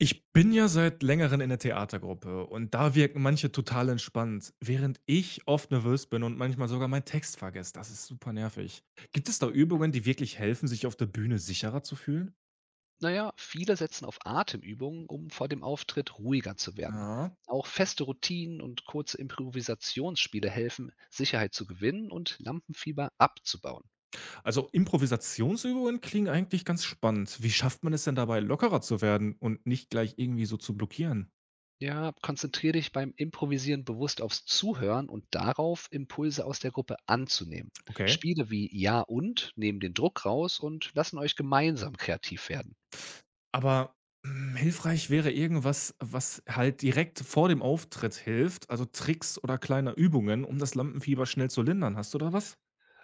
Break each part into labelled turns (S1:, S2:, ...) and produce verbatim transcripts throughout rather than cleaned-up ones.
S1: Ich bin ja seit Längerem in der Theatergruppe und da wirken manche total entspannt, während ich oft nervös bin und manchmal sogar meinen Text vergesse. Das ist super nervig. Gibt es da Übungen, die wirklich helfen, sich auf der Bühne sicherer zu fühlen?
S2: Naja, viele setzen auf Atemübungen, um vor dem Auftritt ruhiger zu werden.
S1: Ja.
S2: Auch feste Routinen und kurze Improvisationsspiele helfen, Sicherheit zu gewinnen und Lampenfieber abzubauen.
S1: Also Improvisationsübungen klingen eigentlich ganz spannend. Wie schafft man es denn dabei, lockerer zu werden und nicht gleich irgendwie so zu blockieren?
S2: Ja, konzentriere dich beim Improvisieren bewusst aufs Zuhören und darauf, Impulse aus der Gruppe anzunehmen.
S1: Okay.
S2: Spiele wie Ja und nehmen den Druck raus und lassen euch gemeinsam kreativ werden.
S1: Aber hm, hilfreich wäre irgendwas, was halt direkt vor dem Auftritt hilft, also Tricks oder kleine Übungen, um das Lampenfieber schnell zu lindern. Hast du da was?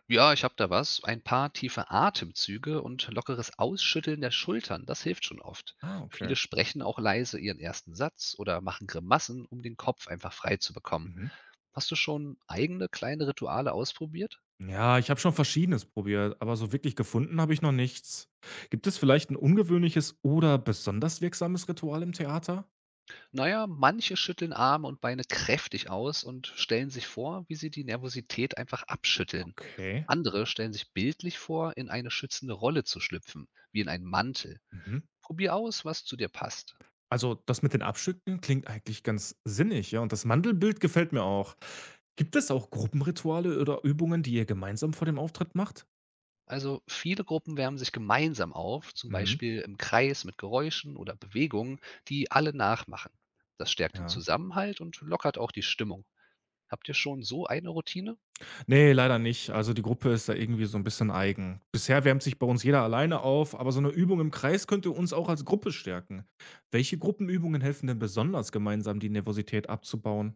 S2: Ja, ich habe da was. Ein paar tiefe Atemzüge und lockeres Ausschütteln der Schultern, das hilft schon oft.
S1: Ah, okay.
S2: Viele sprechen auch leise ihren ersten Satz oder machen Grimassen, um den Kopf einfach frei zu bekommen.
S1: Mhm.
S2: Hast du schon eigene kleine Rituale ausprobiert?
S1: Ja, ich habe schon Verschiedenes probiert, aber so wirklich gefunden habe ich noch nichts. Gibt es vielleicht ein ungewöhnliches oder besonders wirksames Ritual im Theater?
S2: Naja, manche schütteln Arme und Beine kräftig aus und stellen sich vor, wie sie die Nervosität einfach abschütteln.
S1: Okay.
S2: Andere stellen sich bildlich vor, in eine schützende Rolle zu schlüpfen, wie in einen Mantel.
S1: Mhm.
S2: Probier aus, was zu dir passt.
S1: Also, das mit den Abstücken klingt eigentlich ganz sinnig, ja, und das Mandelbild gefällt mir auch. Gibt es auch Gruppenrituale oder Übungen, die ihr gemeinsam vor dem Auftritt macht?
S2: Also viele Gruppen wärmen sich gemeinsam auf, zum
S1: Mhm.
S2: Beispiel im Kreis mit Geräuschen oder Bewegungen, die alle nachmachen. Das stärkt den
S1: Ja.
S2: Zusammenhalt und lockert auch die Stimmung. Habt ihr schon so eine Routine?
S1: Nee, leider nicht. Also, die Gruppe ist da irgendwie so ein bisschen eigen. Bisher wärmt sich bei uns jeder alleine auf, aber so eine Übung im Kreis könnte uns auch als Gruppe stärken. Welche Gruppenübungen helfen denn besonders, gemeinsam die Nervosität abzubauen?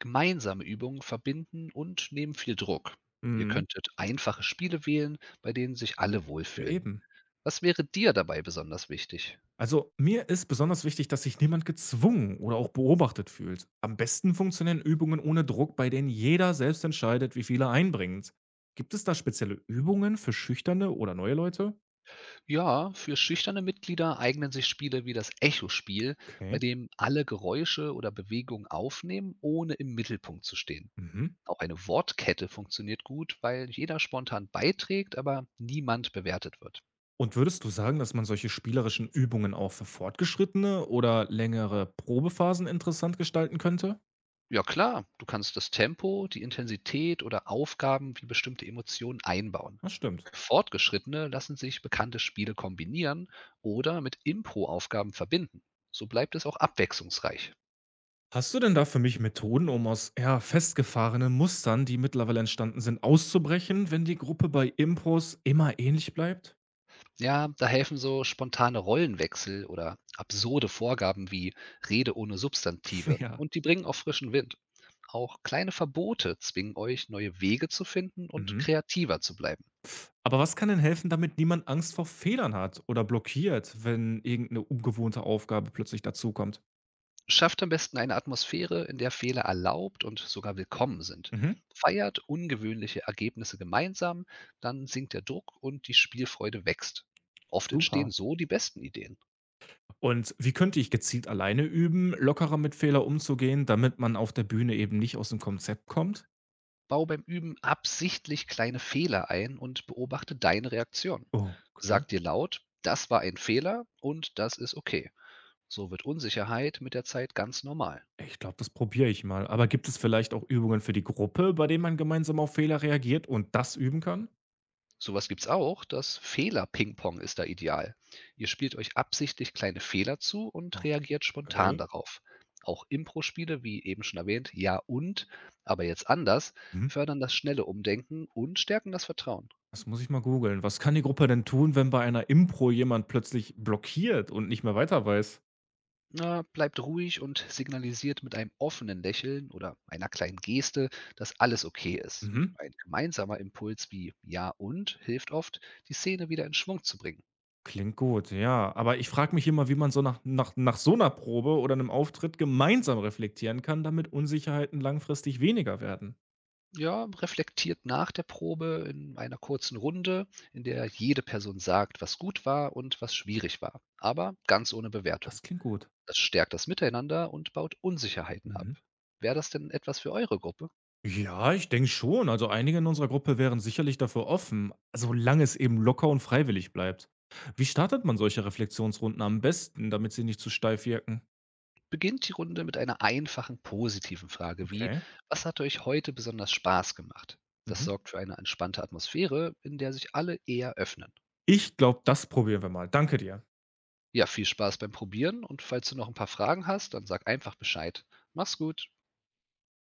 S2: Gemeinsame Übungen verbinden und nehmen viel Druck. Ihr
S1: Mhm.
S2: könntet einfache Spiele wählen, bei denen sich alle
S1: Ja,
S2: wohlfühlen.
S1: eben.
S2: Was wäre dir dabei besonders wichtig?
S1: Also, mir ist besonders wichtig, dass sich niemand gezwungen oder auch beobachtet fühlt. Am besten funktionieren Übungen ohne Druck, bei denen jeder selbst entscheidet, wie viel er einbringt. Gibt es da spezielle Übungen für schüchterne oder neue Leute?
S2: Ja, für schüchterne Mitglieder eignen sich Spiele wie das Echo-Spiel,
S1: Okay.
S2: bei dem alle Geräusche oder Bewegungen aufnehmen, ohne im Mittelpunkt zu stehen.
S1: Mhm.
S2: Auch eine Wortkette funktioniert gut, weil jeder spontan beiträgt, aber niemand bewertet wird.
S1: Und würdest du sagen, dass man solche spielerischen Übungen auch für Fortgeschrittene oder längere Probephasen interessant gestalten könnte?
S2: Ja klar, du kannst das Tempo, die Intensität oder Aufgaben wie bestimmte Emotionen einbauen.
S1: Das stimmt.
S2: Fortgeschrittene lassen sich bekannte Spiele kombinieren oder mit Impro-Aufgaben verbinden. So bleibt es auch abwechslungsreich.
S1: Hast du denn da für mich Methoden, um aus ja, festgefahrenen Mustern, die mittlerweile entstanden sind, auszubrechen, wenn die Gruppe bei Impros immer ähnlich bleibt?
S2: Ja, da helfen so spontane Rollenwechsel oder absurde Vorgaben wie Rede ohne Substantive
S1: Ja.
S2: und die bringen auch frischen Wind. Auch kleine Verbote zwingen euch, neue Wege zu finden und
S1: Mhm.
S2: kreativer zu bleiben.
S1: Aber was kann denn helfen, damit niemand Angst vor Fehlern hat oder blockiert, wenn irgendeine ungewohnte Aufgabe plötzlich dazukommt?
S2: Schafft am besten eine Atmosphäre, in der Fehler erlaubt und sogar willkommen sind.
S1: Mhm.
S2: Feiert ungewöhnliche Ergebnisse gemeinsam, dann sinkt der Druck und die Spielfreude wächst. Oft
S1: Super.
S2: entstehen so die besten Ideen.
S1: Und wie könnte ich gezielt alleine üben, lockerer mit Fehler umzugehen, damit man auf der Bühne eben nicht aus dem Konzept kommt?
S2: Bau beim Üben absichtlich kleine Fehler ein und beobachte deine Reaktion.
S1: Oh, okay.
S2: Sag dir laut, das war ein Fehler und das ist okay. So wird Unsicherheit mit der Zeit ganz normal.
S1: Ich glaube, das probiere ich mal. Aber gibt es vielleicht auch Übungen für die Gruppe, bei denen man gemeinsam auf Fehler reagiert und das üben kann?
S2: Sowas gibt's auch, das Fehler-Ping-Pong ist da ideal. Ihr spielt euch absichtlich kleine Fehler zu und reagiert spontan
S1: Okay.
S2: darauf. Auch Impro-Spiele, wie eben schon erwähnt, ja und, aber jetzt anders,
S1: Hm?
S2: fördern das schnelle Umdenken und stärken das Vertrauen.
S1: Das muss ich mal googeln. Was kann die Gruppe denn tun, wenn bei einer Impro jemand plötzlich blockiert und nicht mehr weiter weiß?
S2: Na, bleibt ruhig und signalisiert mit einem offenen Lächeln oder einer kleinen Geste, dass alles okay ist.
S1: Mhm.
S2: Ein gemeinsamer Impuls wie Ja und hilft oft, die Szene wieder in Schwung zu bringen.
S1: Klingt gut, ja. Aber ich frage mich immer, wie man so nach nach nach so einer Probe oder einem Auftritt gemeinsam reflektieren kann, damit Unsicherheiten langfristig weniger werden.
S2: Ja, reflektiert nach der Probe in einer kurzen Runde, in der jede Person sagt, was gut war und was schwierig war, aber ganz ohne Bewertung.
S1: Das klingt gut.
S2: Das stärkt das Miteinander und baut Unsicherheiten ab.
S1: Mhm.
S2: Wäre das denn etwas für eure Gruppe?
S1: Ja, ich denke schon. Also, einige in unserer Gruppe wären sicherlich dafür offen, solange es eben locker und freiwillig bleibt. Wie startet man solche Reflexionsrunden am besten, damit sie nicht zu steif wirken?
S2: Beginnt die Runde mit einer einfachen positiven Frage wie:
S1: Okay.
S2: „Was hat euch heute besonders Spaß gemacht?“ Das
S1: Mhm.
S2: sorgt für eine entspannte Atmosphäre, in der sich alle eher öffnen.
S1: Ich glaube, das probieren wir mal. Danke dir.
S2: Ja, viel Spaß beim Probieren und falls du noch ein paar Fragen hast, dann sag einfach Bescheid. Mach's gut.